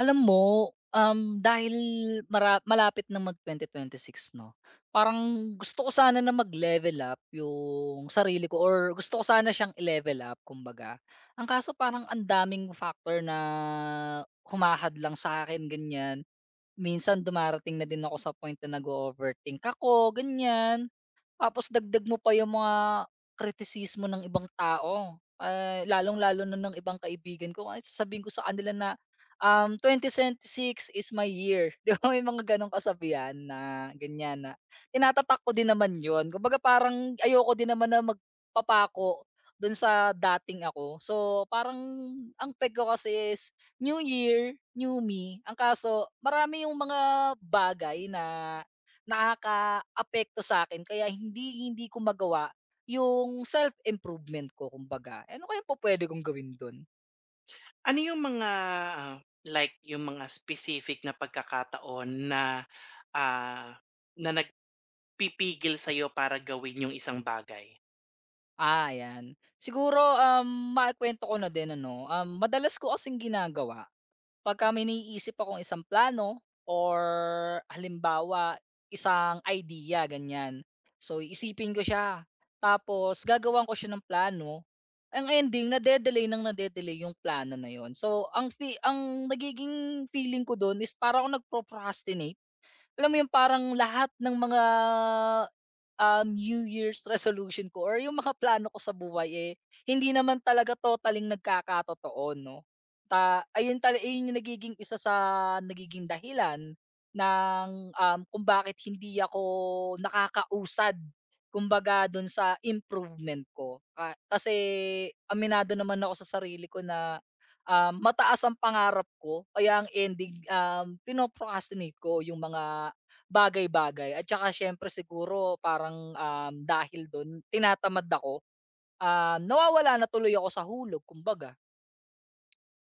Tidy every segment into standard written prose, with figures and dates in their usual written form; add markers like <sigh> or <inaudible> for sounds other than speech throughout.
Alam mo, dahil malapit na mag-2026 'no, parang gusto ko sana na mag-level up yung sarili ko or gusto ko sana siyang i-level up kumbaga. Ang kaso parang ang daming factor na humahad lang sa akin ganyan. Minsan dumarating na din ako sa point na nag-o-overthink ako, ganyan. Tapos dagdag mo pa yung mga kritisismo ng ibang tao, lalong-lalo na ng ibang kaibigan ko, kahit sasabihin ko sa kanila na, "2026 is my year." <laughs> 'Di ba, may mga gano'ng kasabihan na ganyan na tinatatak ko din naman 'yun. Kumbaga parang ayoko din naman na magpapako do'n sa dating ako. So, parang ang peg ko kasi is new year, new me. Ang kaso marami yung mga bagay na nakaka-apekto sa akin kaya hindi hindi ko magawa yung self-improvement ko kumbaga. Eh, ano kaya po pwede kong gawin dun? Ano yung mga, like yung mga specific na pagkakataon na, ah, na nagpipigil sa'yo para gawin yung isang bagay? Ah, ayan. Siguro, maikuwento ko na din ano, madalas ko kasing ginagawa. Pagka may naiisip akong isang plano or halimbawa isang idea ganyan. So iisipin ko siya, tapos gagawan ko siya ng plano, ang ending nade-delay ng nade-delay yung plano na yun. So ang nagiging feeling ko dun is parang akong nag-procrastinate. Alam mo 'yung parang lahat ng mga, New Year's resolution ko or 'yung mga plano ko sa buhay, eh, hindi naman talaga totaling nagkakatotoo 'no. Ta ayun tala Ayun 'yung nagiging isa sa nagiging dahilan ng, kung bakit hindi ako nakakausad kumbaga do'n sa improvement ko. Kasi aminado naman ako sa sarili ko na mataas ang pangarap ko kaya ang ending, pino ko yung mga bagay-bagay, at saka siyempre siguro parang, dahil dun tinatamad ako, nawawala na tuloy ako sa hulog kumbaga.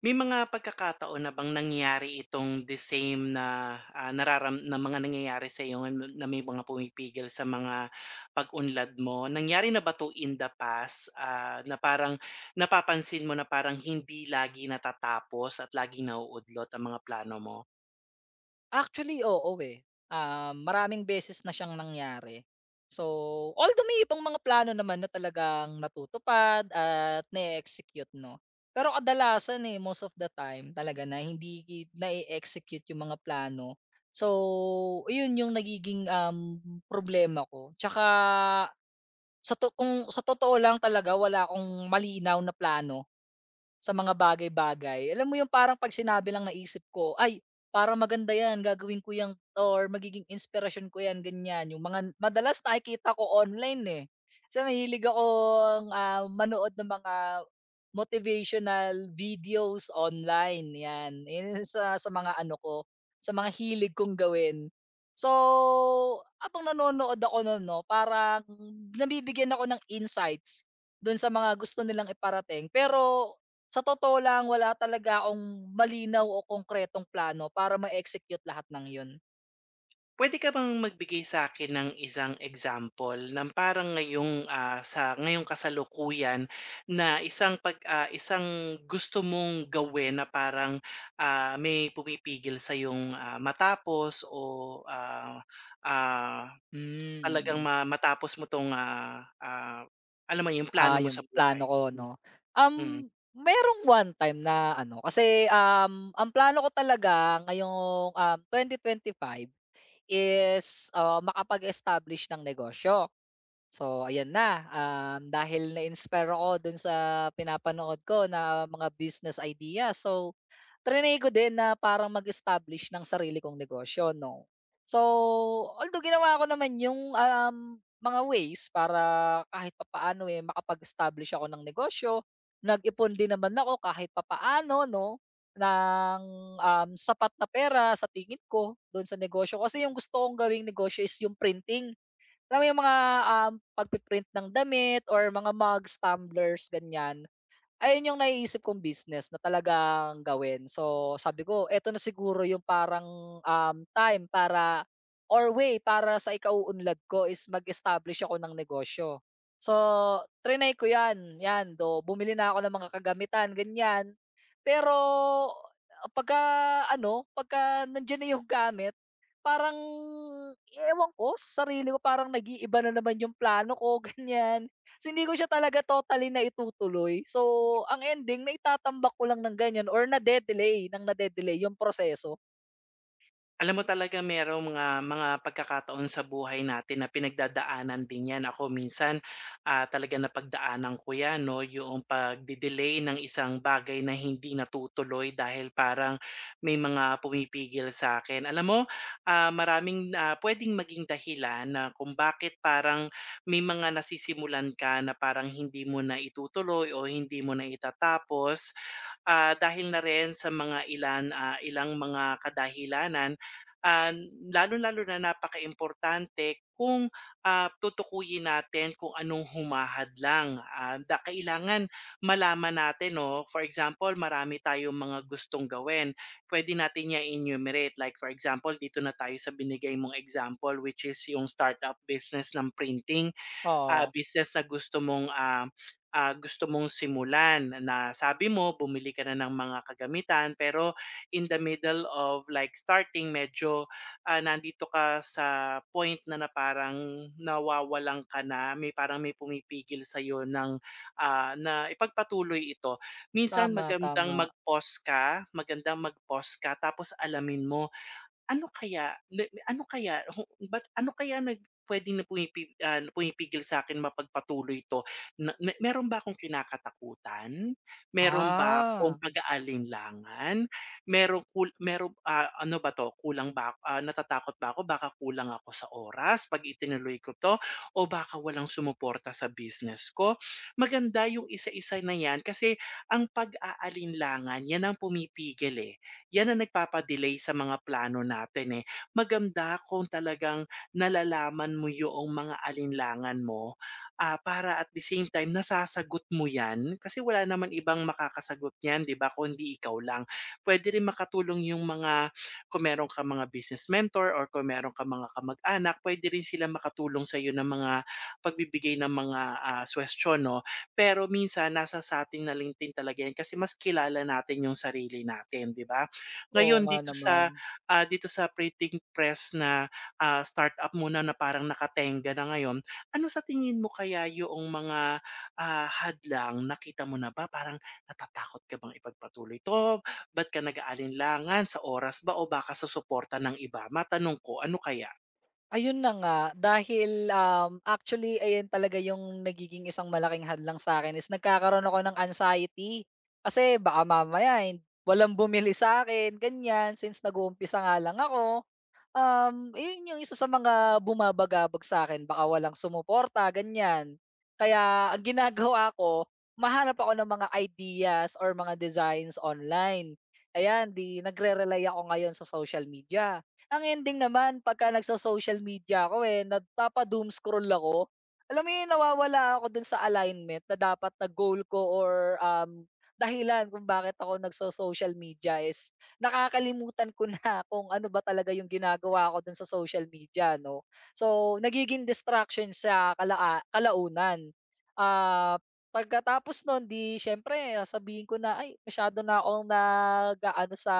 May mga pagkakataon na bang nangyari itong the same na, nararam na mga nangyayari sa ngayon na na may mga pumipigil sa mga pag-unlad mo? Nangyari na ba 'to in the past, na parang napapansin mo na parang hindi lagi natatapos at laging nauudlot ang mga plano mo? Actually, oo, eh. Ah, maraming beses na siyang nangyari. So, although may ibang mga plano naman na talagang natutupad at na execute 'no. Pero kadalasan, eh, most of the time talaga na hindi na execute yung mga plano. So, iyon yung nagiging, problema ko. Tsaka sa to kung sa totoo lang talaga wala akong malinaw na plano sa mga bagay-bagay. Alam mo yung parang 'pag sinabi lang naisip ko, "Ay, parang maganda 'yan, gagawin ko 'yan or magiging inspiration ko 'yan." Ganyan, yung mga madalas nakikita ko online, eh. Kasi mahilig akong, manood ng mga motivational videos online, 'yan. 'Yan <laughs> sa mga ano ko, sa mga hilig kong gawin. So, habang nanonood ako no'n 'no, parang nabibigyan ako ng insights do'n sa mga gusto nilang iparating. Pero sa totoo lang wala talaga akong malinaw o konkretong plano para ma-execute lahat ng 'yun. Pwede ka bang magbigay sa akin ng isang example ng parang ngayong, sa ngayong kasalukuyan na isang gusto mong gawin na parang, may pumipigil sa yung matapos ah, ah, Hmm. talagang Mm. Matapos mo 'tong, alam mo yung Ah, plano mo yung sa plano buhay? ko 'no. mm. Um, Merong one time na ano kasi, ang plano ko talaga ngayong, 2025 is, makapag-establish ng negosyo. So ayan na, dahil na-inspire ako dun sa pinapanood ko na mga business idea. So trinay ko din na parang mag-establish ng sarili kong negosyo, 'no. So, although ginawa ko naman yung, mga ways para kahit papaano, eh, makapag-establish ako ng negosyo. Nag-ipon din naman ako kahit papaano, 'no, ng, sapat na pera sa tingin ko dun sa negosyo. Kasi yung gusto kong gawing negosyo is yung printing. Alam mo yung mga, pagpi-print ng damit or mga mugs, tumblers, ganyan. Ayun yung naiisip kong business na talagang gawin. So, sabi ko eto na siguro yung parang, time para or way para sa ikauunlad ko is mag-establish ako ng negosyo. So, triny ko 'yan, 'yan though bumili na ako ng mga kagamitan ganyan. Pero pagka ano, pagka nandiyan na yung <laughs> gamit, parang ewan ko sa sarili ko parang nag-iiba na naman yung plano ko <laughs> ganyan. So, hindi ko siya talaga totally na itutuloy. So, ang ending naitatambak ko lang ng ganyan or nade-delay ng nade-delay yung proseso. Alam mo talaga merong mga pagkakataon sa buhay natin na pinagdadaanan din 'yan. Ako minsan, talaga napagdaanan ko 'yan 'no, yung pagde-delay ng isang bagay na hindi natutuloy dahil parang may mga pumipigil sa akin. Alam mo, maraming, puwedeng maging dahilan na kung bakit parang may mga nasisimulan ka na parang hindi mo na itutuloy o hindi mo na itatapos, dahil na rin sa mga ilang mga kadahilanan, ah, lalong-lalo na napakaimportante kung, tutukuyin natin kung anong humahadlang, ah, da kailangan malaman natin 'no. For example, marami tayong mga gustong gawin, pwede natin i-enumerate like for example dito na tayo sa binigay mong example which is yung startup business ng printing, Oo. business na gusto mong, gusto mong simulan na sabi mo bumili ka na ng mga kagamitan. Pero in the middle of like starting medyo, nandito ka sa point na na parang nawawalan ka na, may parang may pumipigil sa sa'yo ng, na ipagpatuloy ito. Minsan Tama, tama. Magandang mag-pause ka tapos alamin mo ano kaya ho ba't ano kaya nag puwedeng na pumipi ah, na pumipigil sa'kin mapagpatuloy 'to. Na meron ba akong kinakatakutan? Meron ba akong Ah, pag-aalinlangan? Merong, ano ba 'to, kulang ba ako- ah, natatakot ba ako baka kulang ako sa oras 'pag itinuloy ko 'to o baka walang sumuporta sa business ko? Maganda yung isa-isa na 'yan kasi ang pag-aalinlangan 'yan ang pumipigil, eh, yan ang nagpapadelay sa mga plano natin, eh. Maganda kung talagang nalalaman mo yung mga alinlangan mo, para at the same time nasasagot mo yan, kasi wala naman ibang makakasagot niyan, 'di ba, kundi ikaw lang. Puwede rin makatulong yung mga, kung meron kang mga business mentor or kung meron kang mga kamag-anak, puwede rin silang makatulong sa iyo ng mga pagbibigay ng mga, suwestiyon 'no. Pero minsan nasa sa na lang talaga yan kasi mas kilala natin yung sarili natin, 'di ba? oo Ngayon nga dito naman. sa, dito sa printing press na, startup mo na na parang nakatenga na ngayon, ano sa tingin mo kaya yoong mga, hadlang nakita mo na ba? Parang natatakot ka bang ipagpatuloy 'to? Ba't ka nag-aalinlangan, sa oras ba o baka sa suporta ng iba? Matanong ko, ano kaya? Ayun na nga, dahil, actually ayan talaga yung nagiging isang malaking hadlang sa akin is nagkakaroon ako ng anxiety. Kasi baka mamaya walang bumili sa akin ganyan, since nag-uumpisa nga lang ako. Iyon yung isa sa mga bumabagabag sa'kin, baka walang sumuporta ganyan. Kaya ang ginagawa ko, humahanap ako ng mga ideas or mga designs online. Ayan, 'di nagre-rely ako ngayon sa social media. Ang ending naman pagka nagso-social media ako, eh, nagpapa-doom scroll ako, alam mo yun, nawawala ako dun sa alignment na dapat na goal ko or, dahilan kung bakit ako nagso-social media is nakakalimutan ko na <laughs> kung ano ba talaga yung ginagawa ko dun sa social media 'no. So, nagiging distraction sa kalaunan. Ah, pagkatapos nun 'di siyempre sasabihin ko na, "Ay, masyado na akong nag-aano sa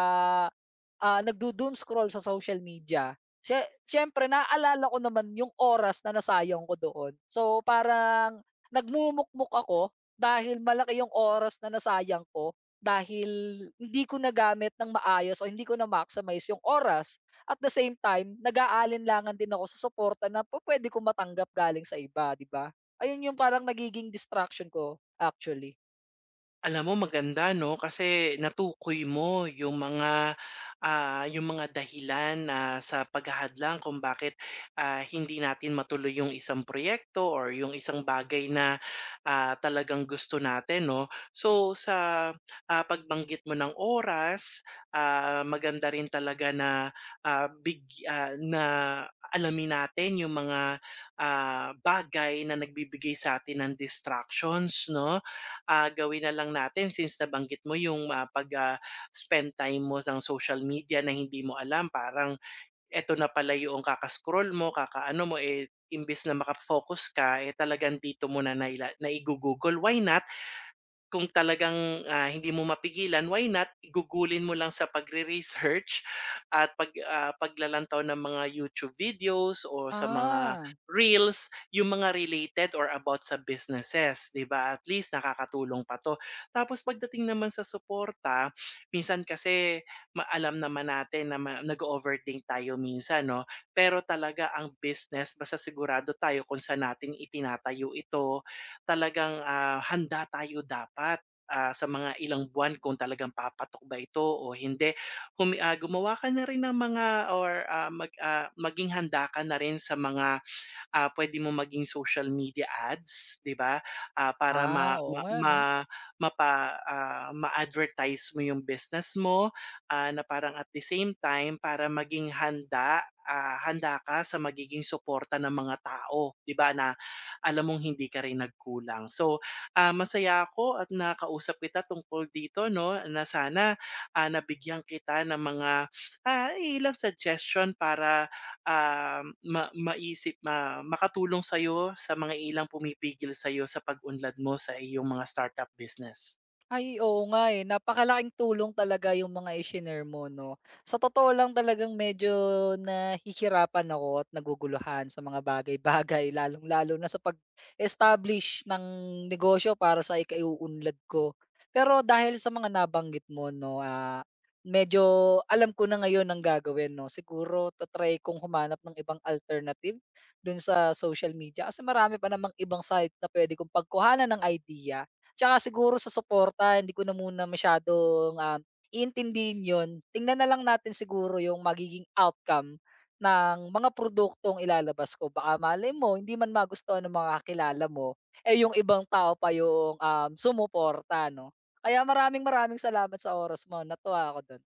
nagdo-doom scroll sa social media, siyempre naalala ko naman yung oras na nasayang ko doon. So, parang nagmumukmok ako dahil malaki yung oras na nasayang ko dahil hindi ko nagamit ng maayos o hindi ko na-maximize yung oras. At the same time, nag-aalinlangan din ako sa suporta na pupuwede ko matanggap galing sa iba, 'di ba? Ayun yung parang nagiging distraction ko, actually. Alam mo maganda 'no, kasi natukoy mo yung mga, yung mga dahilan na sa paghahadlang kung bakit, hindi natin matuloy yung isang proyekto or yung isang bagay na, talagang gusto natin 'no. So sa, pagbanggit mo ng oras, maganda rin talaga na, na alamin natin yung mga, bagay na nagbibigay sa atin ng distractions 'no, gawin na lang natin since nabanggit mo yung, spend time mo sa social media na hindi mo alam parang eto na pala yung kaka-scroll mo, kakaano mo, eh, imbes na maka ka, eh, talagang dito mo na naiguugol. Why not kung talagang, hindi mo mapigilan, why not igugulin mo lang sa pagre-research at paglalantaw ng mga YouTube videos o sa mga Ah. reels, yung mga related or about sa businesses, 'di ba? At least nakakatulong pa 'to. Tapos pagdating naman sa suporta, minsan kasi maalam naman natin na nag overthink tayo minsan 'no, pero talaga ang business basta sigurado tayo kung saan natin itinatayo ito, talagang, handa tayo dapat, sa mga ilang buwan kung talagang papatok ba ito o hindi. Gumawa ka na rin ng mga, or, maging handa ka na rin sa mga, puwede mong maging social media ads, 'di ba? Para Ah, ma oo ma nga ma 'no? mapa ah, ma-advertise mo yung business mo, na parang at the same time para maging handa, handa ka sa magiging suporta ng mga tao, 'di ba, na alam mong hindi ka rin nagkulang. So, masaya ako at nakausap kita tungkol dito 'no, na sana, nabigyan kita ng mga, ilang suggestion para ah, ma maisip ma makatulong sa'yo sa mga ilang pumipigil sa'yo sa pag-unlad mo sa iyong mga startup business? Ay, oo nga, eh, napakalaking tulong talaga yung mga i-shinare mo 'no. Sa totoo lang talagang medyo nahihirapan ako at naguguluhan sa mga bagay-bagay <laughs> lalong-lalo na sa pag-establish ng negosyo para sa ikaiuunlad ko. Pero dahil sa mga nabanggit mo 'no, medyo alam ko na ngayon ang gagawin 'no. Siguro ta-try kong humanap ng ibang alternative dun sa social media kasi marami pa namang ibang site na puwede kong pagkuhanan ng idea. Tsaka siguro sa suporta hindi ko na muna masyadong, iintindihin yon. Tingnan na lang natin siguro yung magiging outcome ng mga produktong ilalabas ko. Baka malay mo hindi man magustuhan ng mga kakilala mo, eh, yung ibang tao pa yung, sumuporta 'no. Kaya maraming maraming salamat sa oras mo, natuwa ako dun.